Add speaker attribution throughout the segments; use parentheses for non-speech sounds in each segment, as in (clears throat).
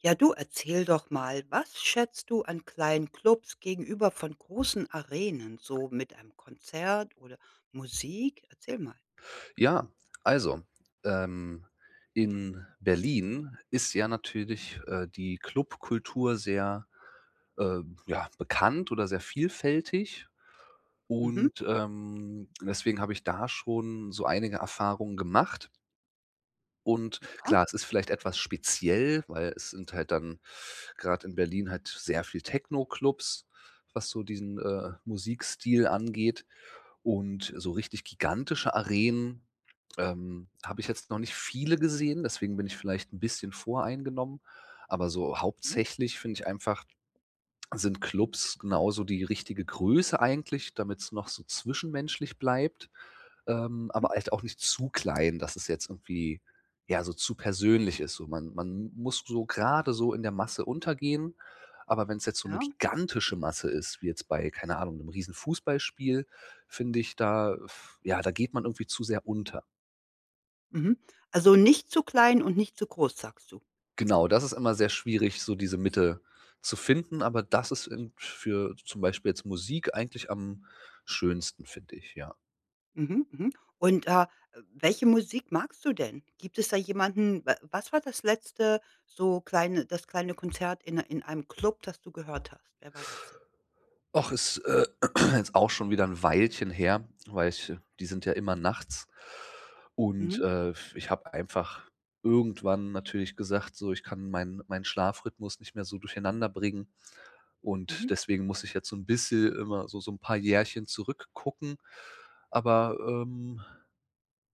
Speaker 1: Ja, du erzähl doch mal, was schätzt du an kleinen Clubs gegenüber von großen Arenen, so mit einem Konzert oder Musik? Erzähl mal.
Speaker 2: Ja, also, ähm, in Berlin ist ja natürlich, die Clubkultur sehr, äh, ja, bekannt oder sehr vielfältig
Speaker 1: Mhm.
Speaker 2: und, deswegen habe ich da schon so einige Erfahrungen gemacht. Und
Speaker 1: Ja,
Speaker 2: klar, es ist vielleicht etwas speziell, weil es sind halt dann gerade in Berlin halt sehr viel Techno-Clubs, was so diesen, Musikstil angeht. Und so richtig gigantische Arenen, habe ich jetzt noch nicht viele gesehen, deswegen bin ich vielleicht ein bisschen voreingenommen. Aber so
Speaker 1: okay.
Speaker 2: hauptsächlich finde ich einfach, sind Clubs genauso die richtige Größe eigentlich, damit es noch so zwischenmenschlich bleibt,
Speaker 1: Mhm.
Speaker 2: aber halt auch nicht zu klein, dass es jetzt irgendwie, ja, so zu persönlich ist. So, man muss so gerade so in der Masse untergehen, aber wenn es jetzt so eine
Speaker 1: Ja.
Speaker 2: gigantische Masse ist, wie jetzt bei, keine Ahnung, einem riesen Fußballspiel, finde ich, da ja, da geht man irgendwie zu sehr unter.
Speaker 1: Mhm. Also nicht zu klein und nicht zu groß, sagst du.
Speaker 2: Genau, das ist immer sehr schwierig, so diese Mitte zu finden, aber das ist irgend für zum Beispiel jetzt Musik eigentlich am schönsten, finde ich, ja.
Speaker 1: Mhm, mhm. Und welche Musik magst du denn? Gibt es da jemanden wa was war das kleine Konzert in einem Club, das du gehört hast? Wer war das denn?
Speaker 2: Och, ist, (clears throat) jetzt auch schon wieder ein Weilchen her, weil ich die sind ja immer nachts. Und,
Speaker 1: Mhm,
Speaker 2: ich habe einfach irgendwann natürlich gesagt, so: „Ich kann meinen Schlafrhythmus nicht mehr so durcheinander bringen." Und
Speaker 1: mhm,
Speaker 2: deswegen muss ich jetzt so ein bisschen immer so ein paar Jährchen zurückgucken. Aber,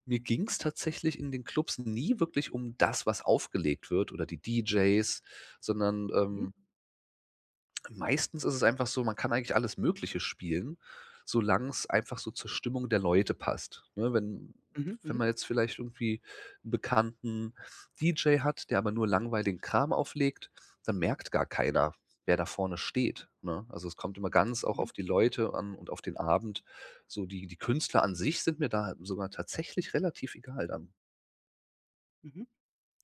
Speaker 2: mir ging es tatsächlich in den Clubs nie wirklich um das, was aufgelegt wird oder die DJs, sondern,
Speaker 1: mhm,
Speaker 2: ähm Meistens ist es einfach so, man kann eigentlich alles Mögliche spielen, solange es einfach so zur Stimmung der Leute passt, ne? Wenn
Speaker 1: mhm,
Speaker 2: wenn
Speaker 1: mhm,
Speaker 2: man jetzt vielleicht irgendwie einen bekannten DJ hat, der aber nur langweiligen Kram auflegt, dann merkt gar keiner, wer da vorne steht, ne? Also, es kommt immer ganz auch
Speaker 1: mhm,
Speaker 2: auf die Leute an und auf den Abend. So die Künstler an sich sind mir da sogar tatsächlich relativ egal dann.
Speaker 1: mhm.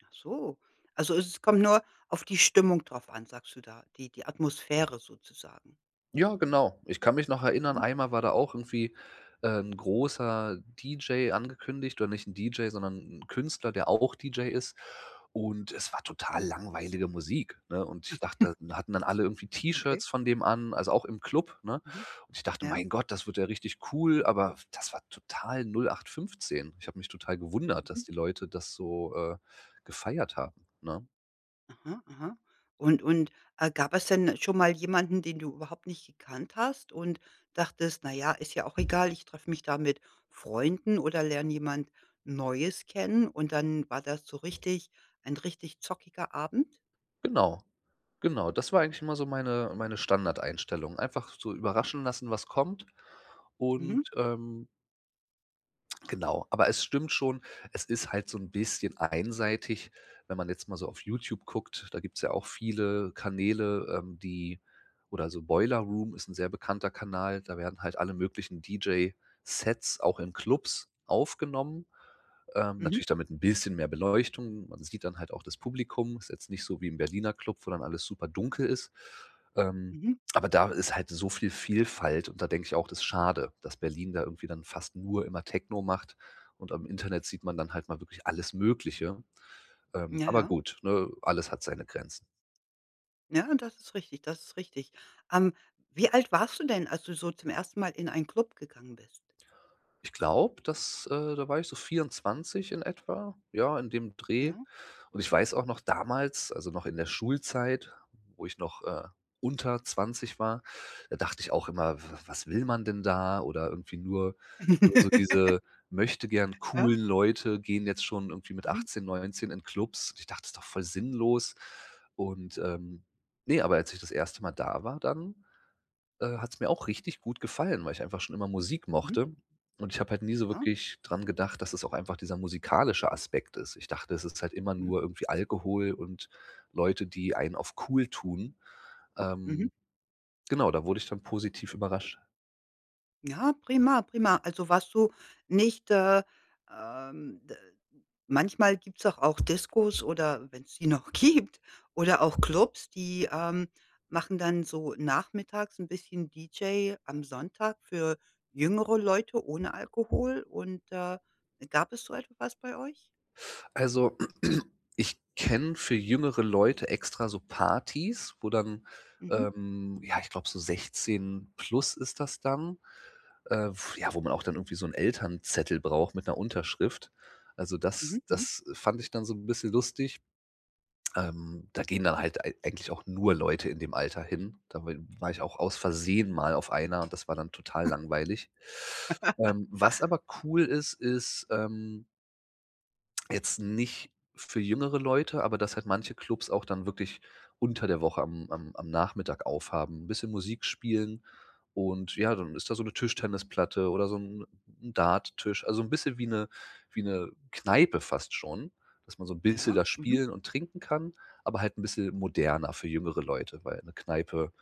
Speaker 1: Ach so. Also, es kommt nur auf die Stimmung drauf an, sagst du da, die Atmosphäre sozusagen.
Speaker 2: Ja, genau. Ich kann mich noch erinnern,
Speaker 1: Mhm,
Speaker 2: einmal war da auch irgendwie, 'n großer DJ angekündigt oder nicht 'n DJ, sondern ein Künstler, der auch DJ ist. Und es war total langweilige Musik, ne? Und ich dachte hatten dann alle irgendwie
Speaker 1: okay.
Speaker 2: T-Shirts von dem an, also auch im Club, ne?
Speaker 1: Mhm.
Speaker 2: Und ich dachte:
Speaker 1: Ja.
Speaker 2: „Mein Gott, das wird ja richtig cool", aber das war total 0815. Ich habe mich total gewundert,
Speaker 1: Mhm.
Speaker 2: dass die Leute das so, gefeiert haben, ne?
Speaker 1: Aha, aha. Und gab es denn schon mal jemanden, den du überhaupt nicht gekannt hast und dachtest: „Na ja, ist ja auch egal, ich treffe mich da mit Freunden oder lerne jemand Neues kennen“, und dann war das so richtig ein richtig zockiger Abend?
Speaker 2: Genau. Genau, das war eigentlich immer so meine Standardeinstellung. Einfach so überraschen lassen, was kommt
Speaker 1: Mhm.
Speaker 2: und, genau, aber es stimmt schon, es ist halt so 'n bisschen einseitig, wenn man jetzt mal so auf YouTube guckt. Da gibt's ja auch viele Kanäle, die oder so Boiler Room ist 'n sehr bekannter Kanal. Da werden halt alle möglichen DJ-Sets auch in Clubs aufgenommen,
Speaker 1: Mhm.
Speaker 2: natürlich dann mit 'n bisschen mehr Beleuchtung. Man sieht dann halt auch das Publikum. Ist jetzt nicht so wie im Berliner Club, wo dann alles super dunkel ist. Ähm,
Speaker 1: Mhm.
Speaker 2: aber da ist halt so viel Vielfalt und da denke ich auch, das ist schade, dass Berlin da irgendwie dann fast nur immer Techno macht und am Internet sieht man dann halt mal wirklich alles Mögliche. Ähm,
Speaker 1: Ja,
Speaker 2: aber
Speaker 1: ja.
Speaker 2: gut, ne, alles hat seine Grenzen.
Speaker 1: Ja, das ist richtig, das ist richtig. Ähm, wie alt warst du denn, als du so zum ersten Mal in einen Club gegangen bist?
Speaker 2: Ich glaube, dass da war ich so 24 in etwa, ja, in dem Dreh.
Speaker 1: Ja?
Speaker 2: Und ich weiß auch noch damals, also noch in der Schulzeit, wo ich noch, unter 20 war, da dachte ich auch immer: „W was will man denn da?" Oder irgendwie nur so
Speaker 1: (laughs)
Speaker 2: diese möchte gern
Speaker 1: Ja.
Speaker 2: coolen Leute gehen jetzt schon irgendwie mit
Speaker 1: Mhm.
Speaker 2: 18, 19 in Clubs. Und Ich dachte: das „Ist doch voll sinnlos." Und, ne, aber als ich das erste Mal da war dann hat es mir auch richtig gut gefallen, weil ich einfach schon immer Musik
Speaker 1: Mhm.
Speaker 2: mochte. Und ich habe halt nie so
Speaker 1: Ja.
Speaker 2: wirklich dran gedacht, dass es auch einfach dieser musikalische Aspekt ist. Ich dachte, es ist halt immer
Speaker 1: Mhm.
Speaker 2: nur irgendwie Alkohol und Leute, die einen auf cool tun.
Speaker 1: Mhm.
Speaker 2: Ähm, genau, da wurde ich dann positiv überrascht.
Speaker 1: Ja, prima, prima. Also warst du nicht, d manchmal gibt's doch auch Diskos, oder wenn's die noch (laughs) gibt, oder auch Clubs, die machen dann so nachmittags ein bisschen DJ am Sonntag für jüngere Leute ohne Alkohol und gab es so etwas bei euch?
Speaker 2: Also, (clears throat) ich kenne für jüngere Leute extra so Partys, wo dann,
Speaker 1: Mhm,
Speaker 2: ja, ich glaube, so 16 plus ist das dann. W ja, wo man auch dann irgendwie so 'n Elternzettel braucht mit einer Unterschrift. Also,
Speaker 1: mhm,
Speaker 2: das
Speaker 1: mhm.
Speaker 2: das fand ich dann so ein bisschen lustig. Da gehen dann halt ei eigentlich auch nur Leute in dem Alter hin. Da wa war ich auch aus Versehen mal auf einer und das war dann total langweilig. Was aber cool ist, ist. Jetzt nicht für jüngere Leute, aber dass halt manche Clubs auch dann wirklich unter der Woche am Nachmittag aufhaben, ein bisschen Musik spielen und ja, dann ist da so eine Tischtennisplatte oder so ein 'n Darttisch, also ein bisschen wie eine Kneipe fast schon, dass man so ein bisschen
Speaker 1: Ja,
Speaker 2: da
Speaker 1: mhm.
Speaker 2: spielen und trinken kann, aber halt ein bisschen moderner für jüngere Leute, weil eine Kneipe,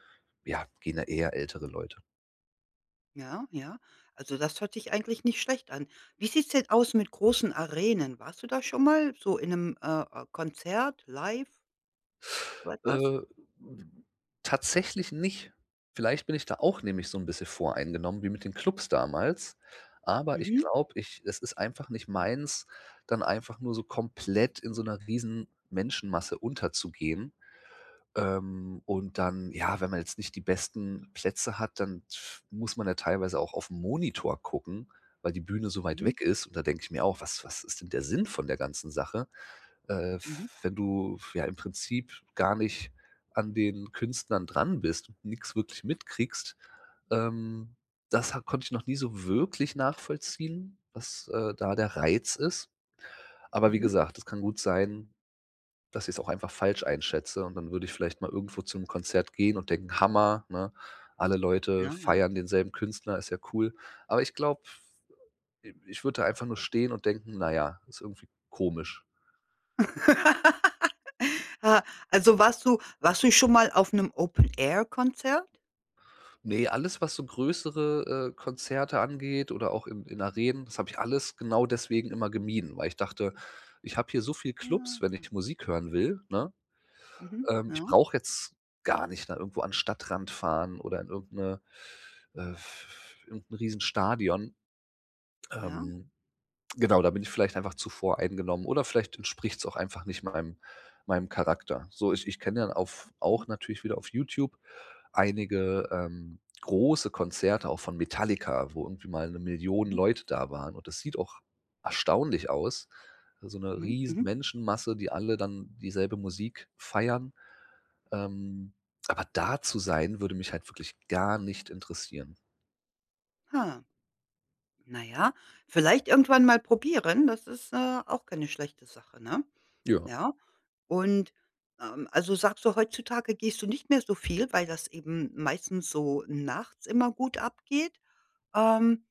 Speaker 2: ja, gehen da eher ältere Leute.
Speaker 1: Ja, ja. Also, das hört sich eigentlich nicht schlecht an. Wie sieht's denn aus mit großen Arenen? Warst du da schon mal so in 'nem Konzert live, so etwas?
Speaker 2: Äh, tatsächlich nicht. Vielleicht bin ich da auch nämlich so 'n bisschen voreingenommen wie mit den Clubs damals, aber ich
Speaker 1: Mhm,
Speaker 2: glaube, ich es ist einfach nicht meins, dann einfach nur so komplett in so 'ner riesen Menschenmasse unterzugehen. Und dann ja, wenn man jetzt nicht die besten Plätze hat, dann muss man ja teilweise auch aufm Monitor gucken, weil die Bühne so weit
Speaker 1: mhm,
Speaker 2: weg ist und da denke ich mir auch: „Was ist denn der Sinn von der ganzen Sache?" äh,
Speaker 1: mhm,
Speaker 2: wenn du ja im Prinzip gar nicht an den Künstlern dran bist und nix wirklich mitkriegst, ähm, das ha konnte ich noch nie so wirklich nachvollziehen, was, da der Reiz ist. Aber wie
Speaker 1: mhm.
Speaker 2: gesagt, es kann gut sein, dass ich es auch einfach falsch einschätze und dann würde ich vielleicht mal irgendwo zu 'nem Konzert gehen und denken: „Hammer", ne? Alle Leute
Speaker 1: Ja, ja.
Speaker 2: feiern denselben Künstler, ist ja cool. Aber ich glaube, ich würde da einfach nur stehen und denken: „Na ja, ist irgendwie komisch."
Speaker 1: (laughs) Ah, also, warst du schon mal auf 'nem Open-Air-Konzert?
Speaker 2: Nee, alles, was so größere, Konzerte angeht oder auch in Arenen, das habe ich alles genau deswegen
Speaker 1: Mhm.
Speaker 2: immer gemieden, weil ich dachte: „Ich habe hier so viel
Speaker 1: Ah,
Speaker 2: Clubs, wenn ich Musik hören will, ne?
Speaker 1: mhm,
Speaker 2: Ich
Speaker 1: ja,
Speaker 2: brauche jetzt gar nicht da irgendwo an 'n Stadtrand fahren oder in äh, irgend Riesenstadion."
Speaker 1: ja.
Speaker 2: Ähm Genau, da bin ich vielleicht einfach zu voreingenommen oder vielleicht entspricht's auch einfach nicht meinem Charakter. So, ich kenne dann auf
Speaker 1: Mhm,
Speaker 2: auch natürlich wieder auf YouTube einige, große Konzerte auch von Metallica, wo irgendwie mal eine Million
Speaker 1: mhm,
Speaker 2: Leute da waren und das sieht auch erstaunlich aus. So eine
Speaker 1: mhm,
Speaker 2: riesen
Speaker 1: mhm.
Speaker 2: Menschenmasse, die alle dann dieselbe Musik feiern. Ähm, aber da zu sein, würde mich halt wirklich gar nicht interessieren.
Speaker 1: Ha, na ja, vielleicht irgendwann mal probieren, das ist auch keine schlechte Sache, ne?
Speaker 2: Ja.
Speaker 1: Ja. Und also, sagst du, heutzutage gehst du nicht mehr so viel, weil das eben meistens so nachts immer gut abgeht. Ähm,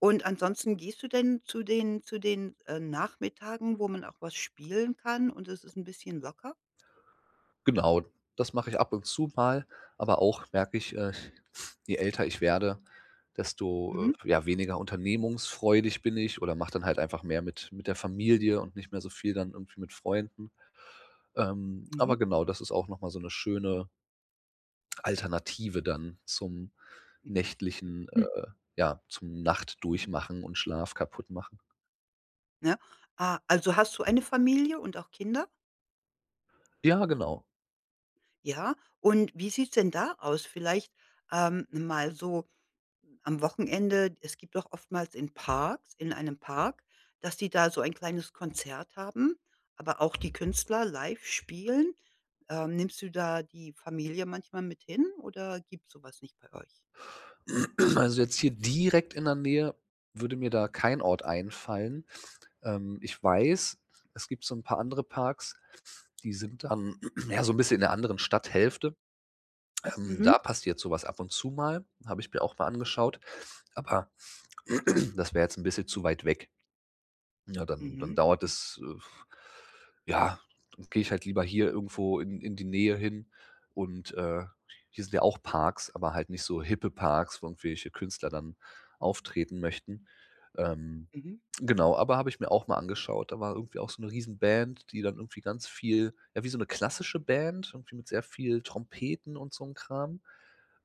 Speaker 1: und ansonsten gehst du denn zu den Nachmittagen, wo man auch was spielen kann und es ist ein bisschen locker?
Speaker 2: Genau, das mache ich ab und zu mal, aber auch merke ich, je älter ich werde, desto,
Speaker 1: Mhm,
Speaker 2: ja, weniger unternehmungsfreudig bin ich oder mache dann halt einfach mehr mit der Familie und nicht mehr so viel dann irgendwie mit Freunden. Ähm,
Speaker 1: mhm,
Speaker 2: aber genau, das ist auch noch mal so eine schöne Alternative dann zum
Speaker 1: mhm,
Speaker 2: nächtlichen
Speaker 1: hm,
Speaker 2: ja, zum
Speaker 1: mhm,
Speaker 2: Nachtdurchmachen und Schlaf kaputt machen.
Speaker 1: ja. Ah, also, hast du eine Familie und auch Kinder?
Speaker 2: Ja, genau. (clears throat)
Speaker 1: Ja. Und wie sieht's denn da aus? Vielleicht mal so am Wochenende, es gibt doch oftmals in Parks in einem Park, dass die da so ein kleines Konzert haben, aber auch die Künstler live spielen. Nimmst du da die Familie manchmal mit hin, oder gibt sowas nicht bei euch?
Speaker 2: Also, jetzt hier direkt in der Nähe würde mir da kein Ort einfallen. Ich weiß, es gibt so ein paar andere Parks, die sind dann, (clears throat) ja, so ein bisschen in der anderen Stadthälfte. Ähm,
Speaker 1: Mhm.
Speaker 2: da passiert so was ab und zu mal, habe ich mir auch mal angeschaut, aber (clears throat) das wäre jetzt ein bisschen zu weit weg. Ja, dann
Speaker 1: Mhm,
Speaker 2: dauert
Speaker 1: mhm,
Speaker 2: es, ja dann gehe ich halt lieber hier irgendwo in die Nähe hin und, hier sind ja auch Parks, aber halt nicht so hippe Parks, wo irgendwelche Künstler dann auftreten möchten. Ähm,
Speaker 1: mhm.
Speaker 2: genau, aber habe ich mir auch mal angeschaut. Da war irgendwie auch so 'ne Riesenband, die dann irgendwie ganz viel ja, wie so eine klassische Band, irgendwie mit sehr viel Trompeten und so 'n Kram.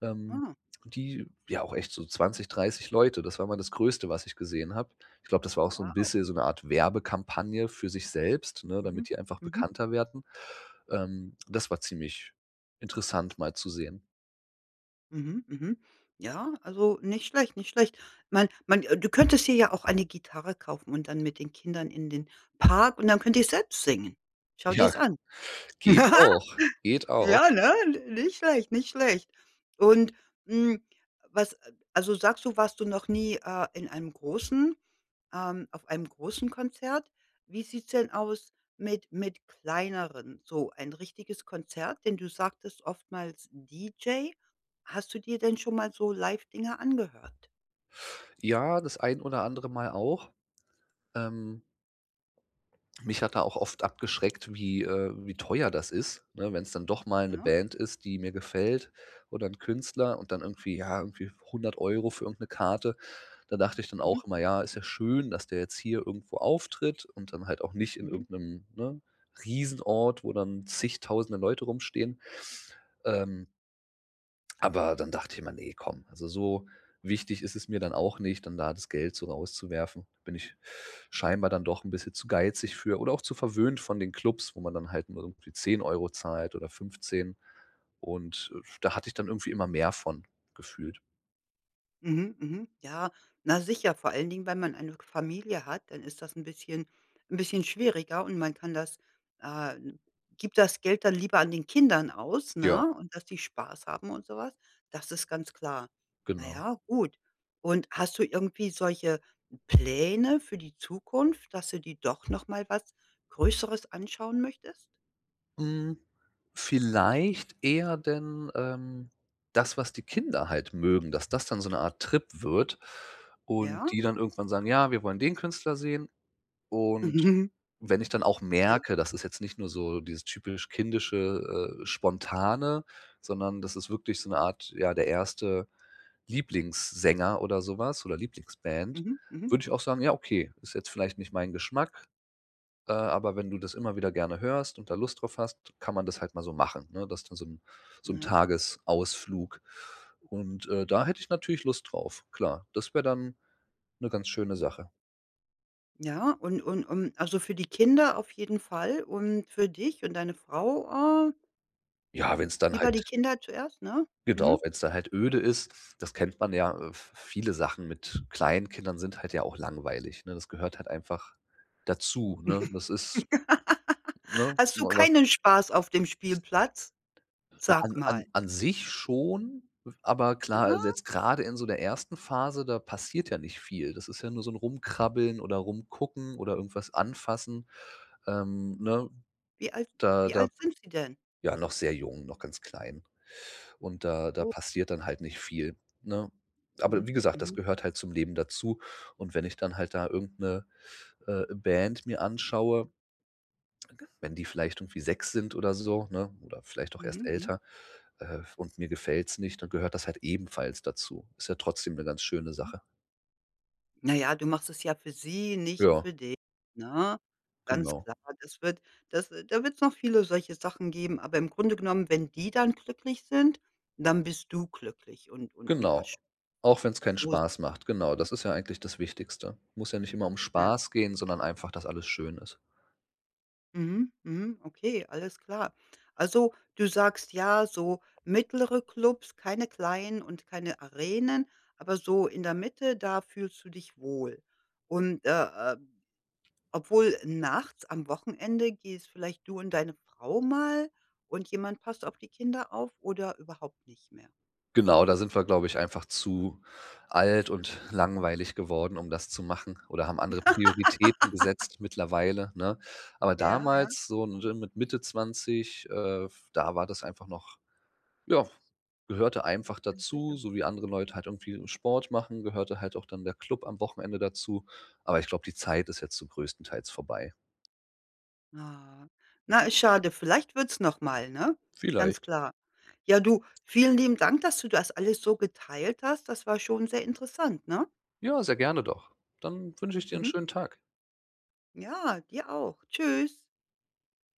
Speaker 2: Ähm,
Speaker 1: Ah,
Speaker 2: die ja auch echt so 20 30 Leute. Das war mal das Größte, was ich gesehen habe. Ich glaube, das war auch so ein
Speaker 1: wow.
Speaker 2: bisschen so eine Art Werbekampagne für sich selbst, ne,
Speaker 1: Mhm.
Speaker 2: damit die einfach
Speaker 1: Mhm.
Speaker 2: bekannter werden. Das war ziemlich interessant mal zu sehen.
Speaker 1: Mhm. Mhm. Ja, also nicht schlecht, nicht schlecht. Man man du könntest hier ja auch eine Gitarre kaufen und dann mit den Kindern in den Park, und dann könnt ihr selbst singen. Schau dir
Speaker 2: Ja,
Speaker 1: es an.
Speaker 2: geht
Speaker 1: (laughs)
Speaker 2: auch, geht auch.
Speaker 1: Ja, ne? N nicht schlecht, nicht schlecht. Und, hm, was also sagst du, warst du noch nie in einem großen auf einem großen Konzert? Wie sieht's denn aus mit kleineren? So ein richtiges Konzert, denn du sagtest oftmals DJ. Hast du dir denn schon mal so Live-Dinger angehört?
Speaker 2: Ja, das ein oder andere Mal auch. Ähm Mich hat da auch oft abgeschreckt, wie teuer das ist, ne? Wenn es dann doch mal eine
Speaker 1: Ja?
Speaker 2: Band ist, die mir gefällt oder ein Künstler und dann irgendwie ja, irgendwie 100 Euro für irgendeine Karte. Da dachte ich dann
Speaker 1: Mhm.
Speaker 2: auch immer: „Ja, ist ja schön, dass der jetzt hier irgendwo auftritt und dann halt auch nicht in
Speaker 1: Mhm.
Speaker 2: irgendeinem ne, Riesenort, wo dann zigtausende Leute rumstehen." Ähm. Aber dann dachte ich immer: nee komm." Also, so wichtig ist es mir dann auch nicht, dann da das Geld so rauszuwerfen. Bin ich scheinbar dann doch ein bisschen zu geizig für oder auch zu verwöhnt von den Clubs, wo man dann halt nur irgendwie 10 Euro zahlt oder 15 und, da hatte ich dann irgendwie immer mehr von gefühlt.
Speaker 1: Mhm, mhm. Ja, na sicher, vor allen Dingen, wenn man eine Familie hat, dann ist das ein bisschen schwieriger, und man kann das äh, gibt das Geld dann lieber an den Kindern aus,
Speaker 2: Ja,
Speaker 1: ne, und dass die Spaß haben und sowas. Das ist ganz klar. Na
Speaker 2: genau.
Speaker 1: ja, gut. Und hast du irgendwie solche Pläne für die Zukunft, dass du dir doch noch mal was Größeres anschauen möchtest?
Speaker 2: Hm, vielleicht eher denn, das, was die Kinder halt mögen, dass das dann so eine Art Trip wird und
Speaker 1: Ja?
Speaker 2: die dann irgendwann sagen: „Ja, wir wollen den Künstler sehen, Und
Speaker 1: (laughs)
Speaker 2: wenn ich dann auch
Speaker 1: Okay.
Speaker 2: merke, das ist jetzt nicht nur so dieses typisch kindische, spontane, sondern das ist wirklich so eine Art, ja, der erste Lieblingssänger oder sowas oder Lieblingsband,
Speaker 1: Mhm, mhm.
Speaker 2: würde ich auch sagen: „Ja, okay, ist jetzt vielleicht nicht mein Geschmack, aber wenn du das immer wieder gerne hörst und da Lust drauf hast, kann man das halt mal so machen", ne? Das ist dann so 'n
Speaker 1: Ja.
Speaker 2: Tagesausflug. Und, da hätte ich natürlich Lust drauf, klar. Das wäre dann eine ganz schöne Sache.
Speaker 1: Ja, und also, für die Kinder auf jeden Fall und für dich und deine Frau,
Speaker 2: Ja, wenn es dann
Speaker 1: lieber die
Speaker 2: halt.
Speaker 1: Kinder zuerst, ne?
Speaker 2: Genau,
Speaker 1: Mhm.
Speaker 2: wenn es da halt öde ist, das kennt man ja, v viele Sachen mit kleinen Kindern sind halt ja auch langweilig, ne? Das gehört halt einfach dazu, ne? Das ist,
Speaker 1: (laughs)
Speaker 2: ne,
Speaker 1: Hast du
Speaker 2: wa was
Speaker 1: keinen Spaß auf dem Spielplatz?
Speaker 2: na,
Speaker 1: Sag
Speaker 2: an an
Speaker 1: mal,
Speaker 2: an sich schon, aber klar,
Speaker 1: ne?
Speaker 2: also jetzt gerade in so der ersten Phase, da passiert ja nicht viel. Das ist ja nur so ein Rumkrabbeln oder Rumgucken oder irgendwas anfassen. Ne,
Speaker 1: Wie alt
Speaker 2: da
Speaker 1: wie
Speaker 2: da
Speaker 1: alt sind sie denn?
Speaker 2: Ja, noch sehr jung, noch ganz klein. Und da
Speaker 1: Oh,
Speaker 2: passiert dann halt nicht viel, ne? Aber
Speaker 1: mhm,
Speaker 2: wie gesagt, das
Speaker 1: mhm,
Speaker 2: gehört halt zum Leben dazu. Und wenn ich dann halt da irgend 'ne, Band mir anschaue, wenn die vielleicht irgendwie 6 sind oder so, ne, oder vielleicht auch erst
Speaker 1: mhm, mhm,
Speaker 2: älter, und mir gefällt's nicht, dann gehört das halt ebenfalls dazu. Ist ja trotzdem eine ganz schöne
Speaker 1: mhm.
Speaker 2: Sache.
Speaker 1: Na ja, du machst es ja für sie, nicht
Speaker 2: Ja,
Speaker 1: für dich, ne? Ganz
Speaker 2: genau.
Speaker 1: klar, das wird das da wird es noch viele solche Sachen geben, aber im Grunde genommen, wenn die dann glücklich sind, dann bist du glücklich, und
Speaker 2: Genau.
Speaker 1: hast.
Speaker 2: Auch wenn's keinen
Speaker 1: So Soßen,
Speaker 2: Spaß macht. Genau,
Speaker 1: ne?
Speaker 2: das ist ja eigentlich das Wichtigste. Muss ja nicht immer um
Speaker 1: Ja.
Speaker 2: Spaß gehen, sondern einfach, dass alles schön ist.
Speaker 1: Mhm, mhm, okay, alles klar. Also, du sagst ja, so mittlere Clubs, keine kleinen und keine Arenen, aber so in der Mitte, da fühlst du dich wohl. Undäh, obwohl nachts am Wochenende, gehst vielleicht du und deine Frau mal, und jemand passt auf die Kinder auf, oder überhaupt nicht mehr?
Speaker 2: Genau, da sind wir, glaube ich, einfach zu alt und langweilig geworden, um das zu machen oder haben andere Prioritäten gesetzt mittlerweile, ne? Aber
Speaker 1: Ja, ja,
Speaker 2: damals so mit Mitte 20, da war das einfach noch ja, gehörte einfach
Speaker 1: ja, sicher.
Speaker 2: dazu, so wie andere Leute halt irgendwie Sport machen, gehörte halt auch dann der Club am Wochenende dazu. Aber ich glaube, die Zeit ist jetzt so größtenteils vorbei.
Speaker 1: Ah, na, ist schade. Vielleicht wird's noch mal, ne? Ganz
Speaker 2: Vielleicht.
Speaker 1: klar. Ja, du, vielen lieben Dank, dass du das alles so geteilt hast. Das war schon sehr interessant, ne?
Speaker 2: Ja, sehr gerne doch. Dann wünsche ich dir einen
Speaker 1: Mhm.
Speaker 2: schönen Tag.
Speaker 1: Ja, dir auch. Tschüss.